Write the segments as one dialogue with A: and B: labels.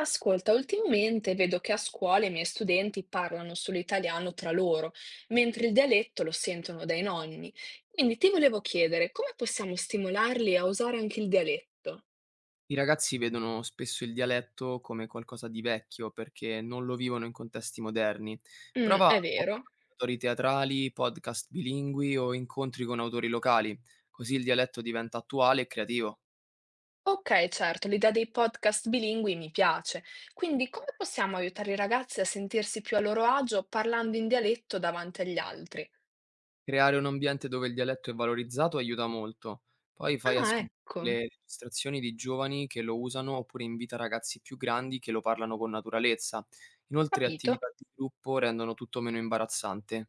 A: Ascolta, ultimamente vedo che a scuola i miei studenti parlano solo italiano tra loro, mentre il dialetto lo sentono dai nonni. Quindi ti volevo chiedere, come possiamo stimolarli a usare anche il dialetto?
B: I ragazzi vedono spesso il dialetto come qualcosa di vecchio perché non lo vivono in contesti moderni.
A: Mm,
B: Prova
A: è
B: con
A: vero.
B: autori teatrali, podcast bilingui o incontri con autori locali, così il dialetto diventa attuale e creativo.
A: Ok, certo, l'idea dei podcast bilingui mi piace. Quindi come possiamo aiutare i ragazzi a sentirsi più a loro agio parlando in dialetto davanti agli altri?
B: Creare un ambiente dove il dialetto è valorizzato aiuta molto. Poi fai
A: Ah,
B: ascoltare
A: ecco,
B: le registrazioni di giovani che lo usano oppure invita ragazzi più grandi che lo parlano con naturalezza. Inoltre
A: capito.
B: attività di gruppo rendono tutto meno imbarazzante.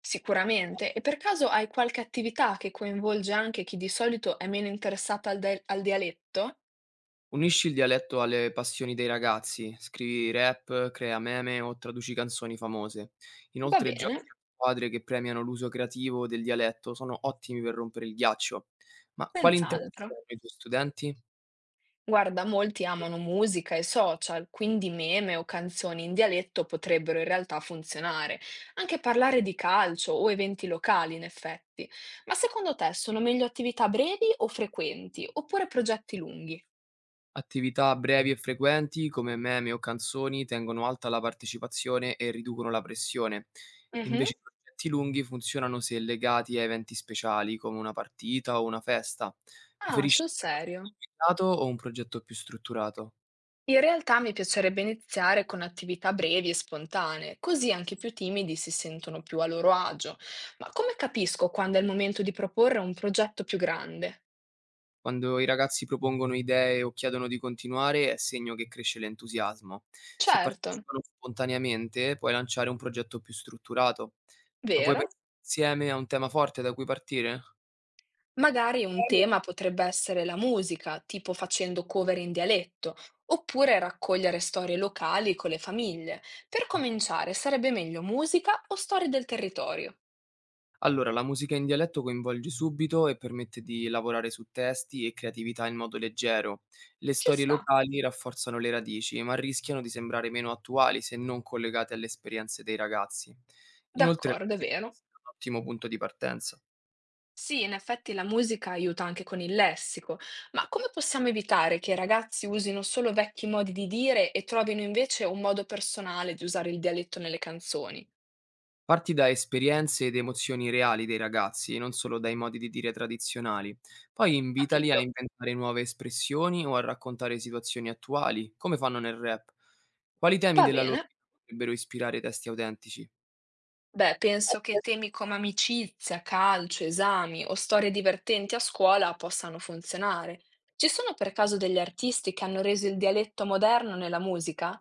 A: Sicuramente. E per caso hai qualche attività che coinvolge anche chi di solito è meno interessata al dialetto?
B: Unisci il dialetto alle passioni dei ragazzi, scrivi rap, crea meme o traduci canzoni famose.
A: Va
B: Inoltre
A: bene,
B: giochi a squadre che premiano l'uso creativo del dialetto sono ottimi per rompere il ghiaccio. Ma quali interessi
A: senz'altro,
B: hanno i tuoi studenti?
A: guarda, molti amano musica e social, quindi meme o canzoni in dialetto potrebbero in realtà funzionare. Anche parlare di calcio o eventi locali, in effetti. Ma secondo te sono meglio attività brevi o frequenti, oppure progetti lunghi?
B: Attività brevi e frequenti come meme o canzoni tengono alta la partecipazione e riducono la pressione.
A: Mhm.
B: Invece i progetti lunghi funzionano se legati a eventi speciali come una partita o una festa.
A: Ah,
B: Preferisci
A: sul
B: un progetto
A: serio?
B: limitato o un progetto più strutturato?
A: In realtà mi piacerebbe iniziare con attività brevi e spontanee, così anche i più timidi si sentono più a loro agio. Ma come capisco quando è il momento di proporre un progetto più grande?
B: Quando i ragazzi propongono idee o chiedono di continuare è segno che cresce l'entusiasmo. Se
A: Certo,
B: partecipano spontaneamente puoi lanciare un progetto più strutturato. Ma vuoi
A: vero?
B: pensare insieme a un tema forte da cui partire?
A: Magari un tema potrebbe essere la musica, tipo facendo cover in dialetto, oppure raccogliere storie locali con le famiglie. Per cominciare, sarebbe meglio musica o storie del territorio?
B: Allora, la musica in dialetto coinvolge subito e permette di lavorare su testi e creatività in modo leggero. Le
A: Ci
B: storie
A: sta,
B: locali rafforzano le radici, ma rischiano di sembrare meno attuali se non collegate alle esperienze dei ragazzi. Inoltre, la
A: d'accordo, è
B: musica può
A: vero.
B: essere un ottimo punto di partenza.
A: Sì, in effetti la musica aiuta anche con il lessico, ma come possiamo evitare che i ragazzi usino solo vecchi modi di dire e trovino invece un modo personale di usare il dialetto nelle canzoni?
B: Parti da esperienze ed emozioni reali dei ragazzi, non solo dai modi di dire tradizionali. Poi invitali a
A: Capito?
B: inventare nuove espressioni o a raccontare situazioni attuali, come fanno nel rap. Quali temi
A: Va
B: della loro
A: bene.
B: vita potrebbero ispirare testi autentici?
A: Beh, penso che temi come amicizia, calcio, esami o storie divertenti a scuola possano funzionare. Ci sono per caso degli artisti che hanno reso il dialetto moderno nella musica?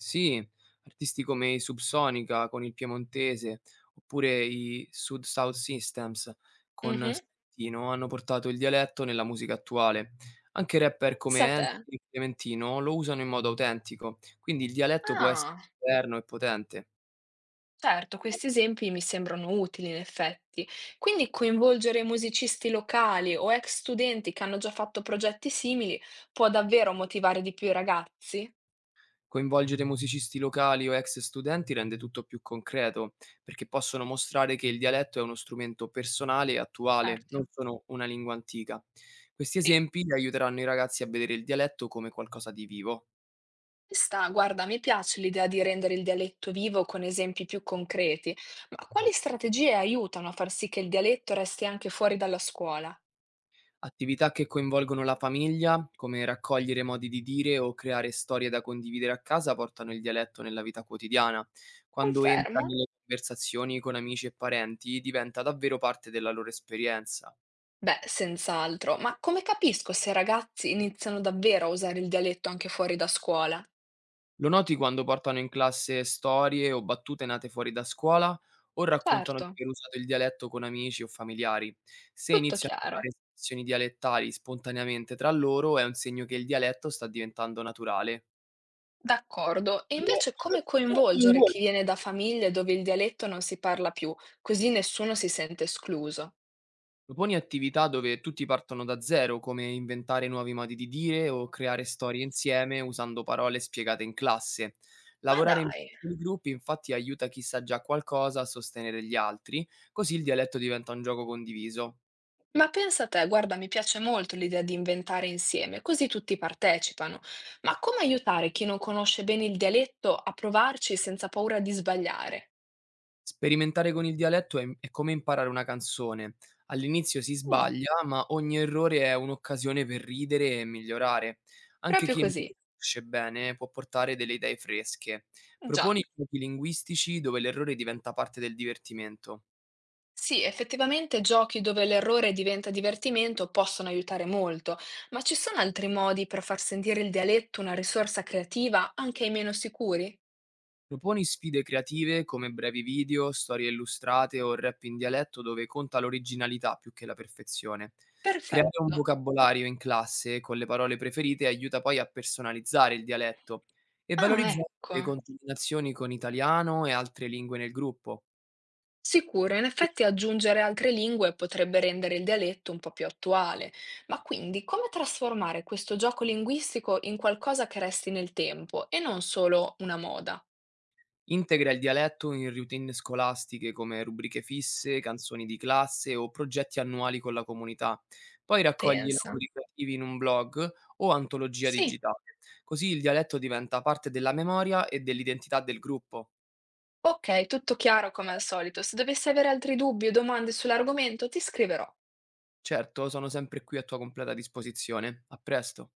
B: Sì, artisti come i Subsonica con il Piemontese, oppure i Sud South Systems con
A: Mhm.
B: Salentino hanno portato il dialetto nella musica attuale. Anche rapper come
A: Pensa te.
B: Enzi e Clementino lo usano in modo autentico, quindi il dialetto può essere
A: Ah.
B: moderno e potente.
A: Certo, questi esempi mi sembrano utili in effetti. Quindi coinvolgere musicisti locali o ex studenti che hanno già fatto progetti simili può davvero motivare di più i ragazzi?
B: Coinvolgere musicisti locali o ex studenti rende tutto più concreto, perché possono mostrare che il dialetto è uno strumento personale e attuale,
A: Certo.
B: non solo una lingua antica. Questi
A: Sì.
B: esempi aiuteranno i ragazzi a vedere il dialetto come qualcosa di vivo.
A: Sta, guarda, mi piace l'idea di rendere il dialetto vivo con esempi più concreti, ma quali strategie aiutano a far sì che il dialetto resti anche fuori dalla scuola?
B: Attività che coinvolgono la famiglia, come raccogliere modi di dire o creare storie da condividere a casa, portano il dialetto nella vita quotidiana. Quando entra
A: Confermo.
B: nelle conversazioni con amici e parenti, diventa davvero parte della loro esperienza.
A: Beh, senz'altro, ma come capisco se i ragazzi iniziano davvero a usare il dialetto anche fuori da scuola?
B: Lo noti quando portano in classe storie o battute nate fuori da scuola o raccontano di
A: Certo.
B: aver usato il dialetto con amici o familiari. Se
A: Tutto
B: iniziano a
A: chiaro,
B: usare espressioni dialettali spontaneamente tra loro, è un segno che il dialetto sta diventando naturale.
A: d'accordo. E invece come coinvolgere chi viene da famiglie dove il dialetto non si parla più, così nessuno si sente escluso?
B: Proponi attività dove tutti partono da zero, come inventare nuovi modi di dire o creare storie insieme usando parole spiegate in classe.
A: Ma
B: Lavorare in
A: dai,
B: piccoli gruppi infatti aiuta chi sa già qualcosa a sostenere gli altri, così il dialetto diventa un gioco condiviso.
A: ma pensa te, guarda, mi piace molto l'idea di inventare insieme, così tutti partecipano. Ma come aiutare chi non conosce bene il dialetto a provarci senza paura di sbagliare?
B: Sperimentare con il dialetto è come imparare una canzone. All'inizio si
A: Mm,
B: sbaglia, ma ogni errore è un'occasione per ridere e migliorare. Anche
A: proprio
B: chi non
A: così,
B: lo conosce bene può portare delle idee fresche.
A: già.
B: Proponi giochi linguistici dove l'errore diventa parte del divertimento.
A: Sì, effettivamente giochi dove l'errore diventa divertimento possono aiutare molto, ma ci sono altri modi per far sentire il dialetto una risorsa creativa anche ai meno sicuri?
B: Proponi sfide creative come brevi video, storie illustrate o rap in dialetto dove conta l'originalità più che la perfezione. Creare un
A: Perfetto.
B: vocabolario in classe con le parole preferite aiuta poi a personalizzare il dialetto e
A: Ah,
B: valorizzare
A: ecco.
B: le contaminazioni con italiano e altre lingue nel gruppo.
A: Sicuro, in effetti aggiungere altre lingue potrebbe rendere il dialetto un po' più attuale, ma quindi come trasformare questo gioco linguistico in qualcosa che resti nel tempo e non solo una moda?
B: Integra il dialetto in routine scolastiche come rubriche fisse, canzoni di classe o progetti annuali con la comunità. Poi
A: Ma
B: raccoglie i
A: pensa.
B: lavori creativi in un blog o antologia
A: Sì.
B: digitale. Così il dialetto diventa parte della memoria e dell'identità del gruppo.
A: Ok, tutto chiaro come al solito. Se dovessi avere altri dubbi o domande sull'argomento, ti scriverò.
B: Certo, sono sempre qui a tua completa disposizione. A presto.